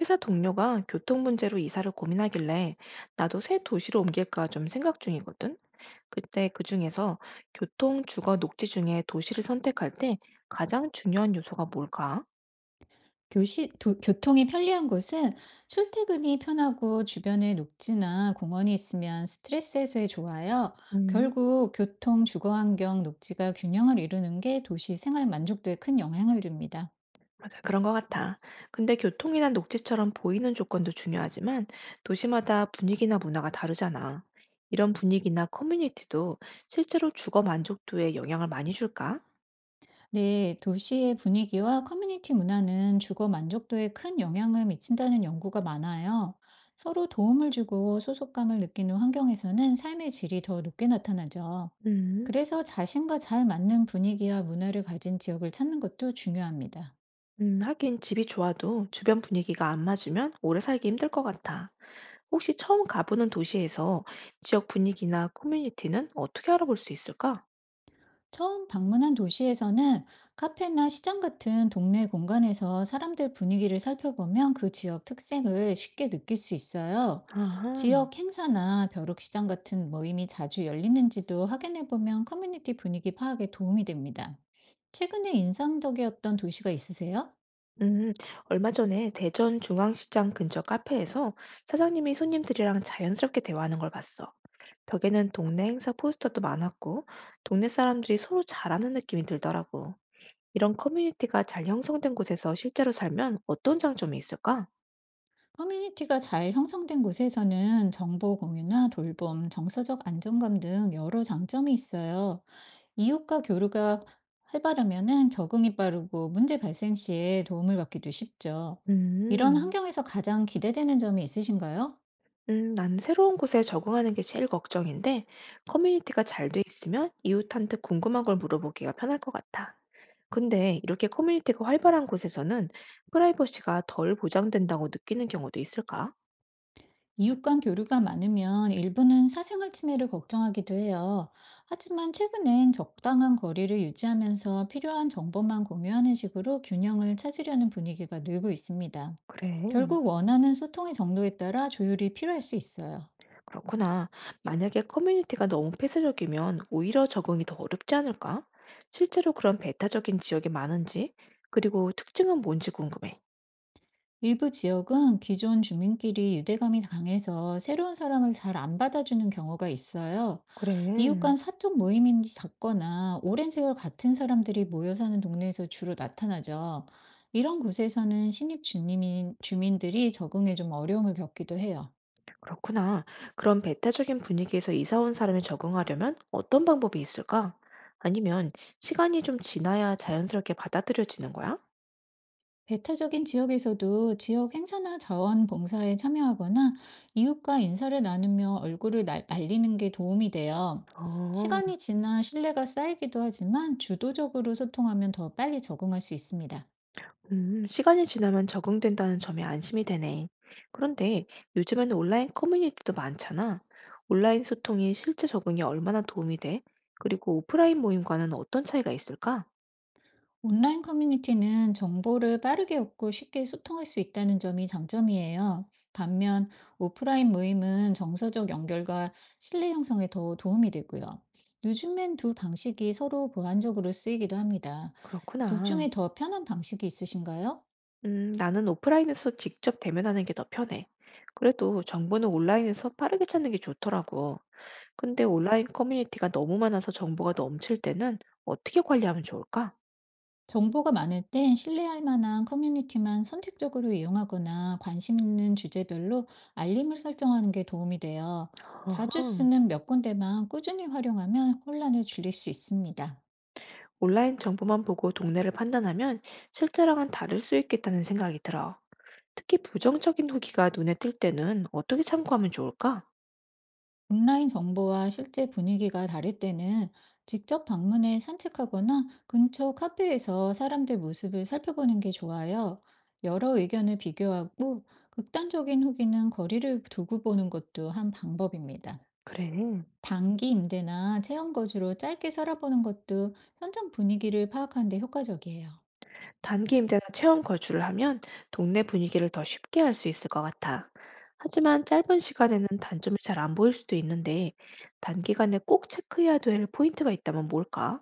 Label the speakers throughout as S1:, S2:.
S1: 회사 동료가 교통 문제로 이사를 고민하길래 나도 새 도시로 옮길까 좀 생각 중이거든. 그때 그 중에서 교통, 주거, 녹지 중에 도시를 선택할 때 가장 중요한 요소가 뭘까?
S2: 교시 도 교통이 편리한 곳은 출퇴근이 편하고 주변에 녹지나 공원이 있으면 스트레스 해소에 좋아요.
S1: 음,
S2: 결국 교통, 주거 환경, 녹지가 균형을 이루는 게 도시 생활 만족도에 큰 영향을 줍니다.
S1: 맞아. 그런 것 같아. 근데 교통이나 녹지처럼 보이는 조건도 중요하지만 도시마다 분위기나 문화가 다르잖아. 이런 분위기나 커뮤니티도 실제로 주거 만족도에 영향을 많이 줄까?
S2: 네, 도시의 분위기와 커뮤니티 문화는 주거 만족도에 큰 영향을 미친다는 연구가 많아요. 서로 도움을 주고 소속감을 느끼는 환경에서는 삶의 질이 더 높게 나타나죠.
S1: 음.
S2: 그래서 자신과 잘 맞는 분위기와 문화를 가진 지역을 찾는 것도 중요합니다.
S1: 하긴 집이 좋아도 주변 분위기가 안 맞으면 오래 살기 힘들 것 같아. 혹시 처음 가보는 도시에서 지역 분위기나 커뮤니티는 어떻게 알아볼 수 있을까?
S2: 처음 방문한 도시에서는 카페나 시장 같은 동네 공간에서 사람들 분위기를 살펴보면 그 지역 특색을 쉽게 느낄 수 있어요.
S1: 아하.
S2: 지역 행사나 벼룩시장 같은 모임이 자주 열리는지도 확인해보면 커뮤니티 분위기 파악에 도움이 됩니다. 최근에 인상적이었던 도시가 있으세요?
S1: 음, 얼마 전에 대전 중앙시장 근처 카페에서 사장님이 손님들이랑 자연스럽게 대화하는 걸 봤어. 벽에는 동네 행사 포스터도 많았고, 동네 사람들이 서로 잘하는 느낌이 들더라고. 이런 커뮤니티가 잘 형성된 곳에서 실제로 살면 어떤 장점이 있을까?
S2: 커뮤니티가 잘 형성된 곳에서는 정보 공유나 돌봄, 정서적 안정감 등 여러 장점이 있어요. 이웃과 교류가 활발하면은 적응이 빠르고 문제 발생 시에 도움을 받기도 쉽죠. 이런
S1: 음.
S2: 환경에서 가장 기대되는 점이 있으신가요?
S1: 난 새로운 곳에 적응하는 게 제일 걱정인데, 커뮤니티가 잘 돼 있으면 이웃한테 궁금한 걸 물어보기가 편할 것 같아. 근데 이렇게 커뮤니티가 활발한 곳에서는 프라이버시가 덜 보장된다고 느끼는 경우도 있을까?
S2: 이웃 간 교류가 많으면 일부는 사생활 침해를 걱정하기도 해요. 하지만 최근엔 적당한 거리를 유지하면서 필요한 정보만 공유하는 식으로 균형을 찾으려는 분위기가 늘고 있습니다.
S1: 그래.
S2: 결국 원하는 소통의 정도에 따라 조율이 필요할 수 있어요.
S1: 그렇구나. 만약에 커뮤니티가 너무 폐쇄적이면 오히려 적응이 더 어렵지 않을까? 실제로 그런 배타적인 지역이 많은지, 그리고 특징은 뭔지 궁금해.
S2: 일부 지역은 기존 주민끼리 유대감이 강해서 새로운 사람을 잘 안 받아주는 경우가 있어요. 이웃
S1: 그래.
S2: 간 사적 모임이 작거나 오랜 세월 같은 사람들이 모여 사는 동네에서 주로 나타나죠. 이런 곳에서는 주민들이 적응에 좀 어려움을 겪기도 해요.
S1: 그렇구나. 그런 배타적인 분위기에서 이사 온 사람이 적응하려면 어떤 방법이 있을까? 아니면 시간이 좀 지나야 자연스럽게 받아들여지는 거야?
S2: 배타적인 지역에서도 지역 행사나 자원봉사에 참여하거나 이웃과 인사를 나누며 얼굴을 날리는 게 도움이 돼요.
S1: 어,
S2: 시간이 지나 신뢰가 쌓이기도 하지만 주도적으로 소통하면 더 빨리 적응할 수 있습니다.
S1: 시간이 지나면 적응된다는 점에 안심이 되네. 그런데 요즘에는 온라인 커뮤니티도 많잖아. 온라인 소통이 실제 적응에 얼마나 도움이 돼? 그리고 오프라인 모임과는 어떤 차이가 있을까?
S2: 온라인 커뮤니티는 정보를 빠르게 얻고 쉽게 소통할 수 있다는 점이 장점이에요. 반면 오프라인 모임은 정서적 연결과 신뢰 형성에 더 도움이 되고요. 요즘엔 두 방식이 서로 보완적으로 쓰이기도 합니다. 둘
S1: 그렇구나.
S2: 중에 더 편한 방식이 있으신가요?
S1: 나는 오프라인에서 직접 대면하는 게 더 편해. 그래도 정보는 온라인에서 빠르게 찾는 게 좋더라고. 근데 온라인 커뮤니티가 너무 많아서 정보가 넘칠 때는 어떻게 관리하면 좋을까?
S2: 정보가 많을 땐 신뢰할 만한 커뮤니티만 선택적으로 이용하거나 관심 있는 주제별로 알림을 설정하는 게 도움이 돼요. 자주
S1: 어흥.
S2: 쓰는 몇 군데만 꾸준히 활용하면 혼란을 줄일 수 있습니다.
S1: 온라인 정보만 보고 동네를 판단하면 실제랑은 다를 수 있겠다는 생각이 들어. 특히 부정적인 후기가 눈에 띌 때는 어떻게 참고하면 좋을까?
S2: 온라인 정보와 실제 분위기가 다를 때는 직접 방문해 산책하거나 근처 카페에서 사람들 모습을 살펴보는 게 좋아요. 여러 의견을 비교하고 극단적인 후기는 거리를 두고 보는 것도 한 방법입니다.
S1: 그래.
S2: 단기 임대나 체험 거주로 짧게 살아보는 것도 현장 분위기를 파악하는 데 효과적이에요.
S1: 단기 임대나 체험 거주를 하면 동네 분위기를 더 쉽게 알 수 있을 것 같아. 하지만 짧은 시간에는 단점이 잘 안 보일 수도 있는데, 단기간에 꼭 체크해야 될 포인트가 있다면 뭘까?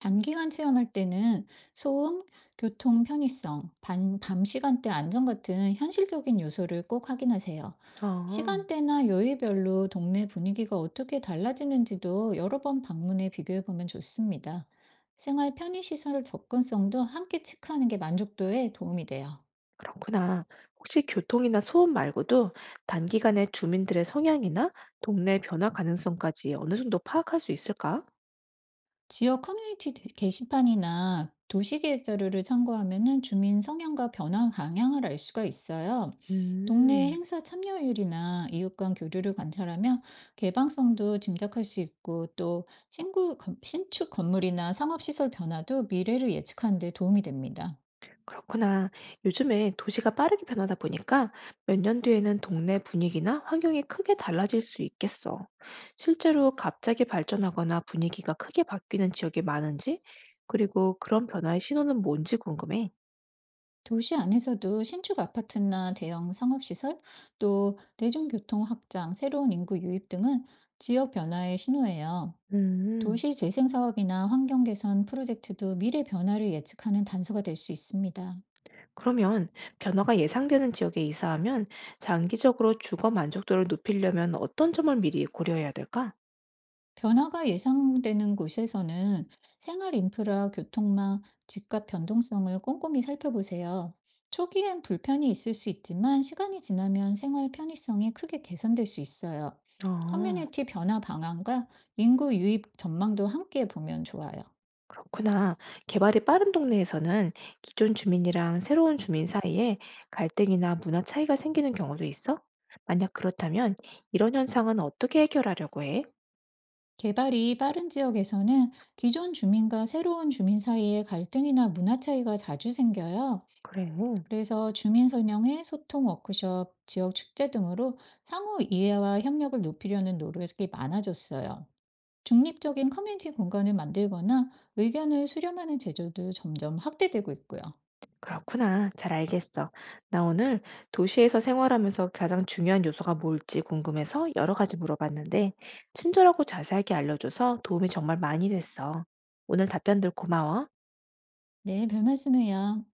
S2: 단기간 체험할 때는 소음, 교통 편의성, 밤 시간대 안전 같은 현실적인 요소를 꼭 확인하세요.
S1: 아,
S2: 시간대나 요일별로 동네 분위기가 어떻게 달라지는지도 여러 번 방문해 비교해 보면 좋습니다. 생활 편의시설 접근성도 함께 체크하는 게 만족도에 도움이 돼요.
S1: 그렇구나. 혹시 교통이나 소음 말고도 단기간에 주민들의 성향이나 동네 변화 가능성까지 어느 정도 파악할 수 있을까?
S2: 지역 커뮤니티 게시판이나 도시계획 자료를 참고하면 주민 성향과 변화 방향을 알 수가 있어요. 동네
S1: 음.
S2: 행사 참여율이나 이웃 간 교류를 관찰하며 개방성도 짐작할 수 있고 또 신축 건물이나 상업시설 변화도 미래를 예측하는 데 도움이 됩니다.
S1: 그렇구나. 요즘에 도시가 빠르게 변하다 보니까 몇 년 뒤에는 동네 분위기나 환경이 크게 달라질 수 있겠어. 실제로 갑자기 발전하거나 분위기가 크게 바뀌는 지역이 많은지, 그리고 그런 변화의 신호는 뭔지 궁금해.
S2: 도시 안에서도 신축 아파트나 대형 상업시설, 또 대중교통 확장, 새로운 인구 유입 등은 지역 변화의 신호예요.
S1: 음.
S2: 도시 재생 사업이나 환경 개선 프로젝트도 미래 변화를 예측하는 단서가 될 수 있습니다.
S1: 그러면 변화가 예상되는 지역에 이사하면 장기적으로 주거 만족도를 높이려면 어떤 점을 미리 고려해야 될까?
S2: 변화가 예상되는 곳에서는 생활 인프라, 교통망, 집값 변동성을 꼼꼼히 살펴보세요. 초기엔 불편이 있을 수 있지만 시간이 지나면 생활 편의성이 크게 개선될 수 있어요.
S1: 어.
S2: 커뮤니티 변화 방안과 인구 유입 전망도 함께 보면 좋아요.
S1: 그렇구나. 개발이 빠른 동네에서는 기존 주민이랑 새로운 주민 사이에 갈등이나 문화 차이가 생기는 경우도 있어? 만약 그렇다면 이런 현상은 어떻게 해결하려고 해?
S2: 개발이 빠른 지역에서는 기존 주민과 새로운 주민 사이에 갈등이나 문화 차이가 자주 생겨요.
S1: 그래.
S2: 그래서 주민 설명회, 소통 워크숍, 지역 축제 등으로 상호 이해와 협력을 높이려는 노력이 많아졌어요. 중립적인 커뮤니티 공간을 만들거나 의견을 수렴하는 제도도 점점 확대되고 있고요.
S1: 그렇구나. 잘 알겠어. 나 오늘 도시에서 생활하면서 가장 중요한 요소가 뭘지 궁금해서 여러 가지 물어봤는데, 친절하고 자세하게 알려줘서 도움이 정말 많이 됐어. 오늘 답변들 고마워.
S2: 네, 별 말씀을요.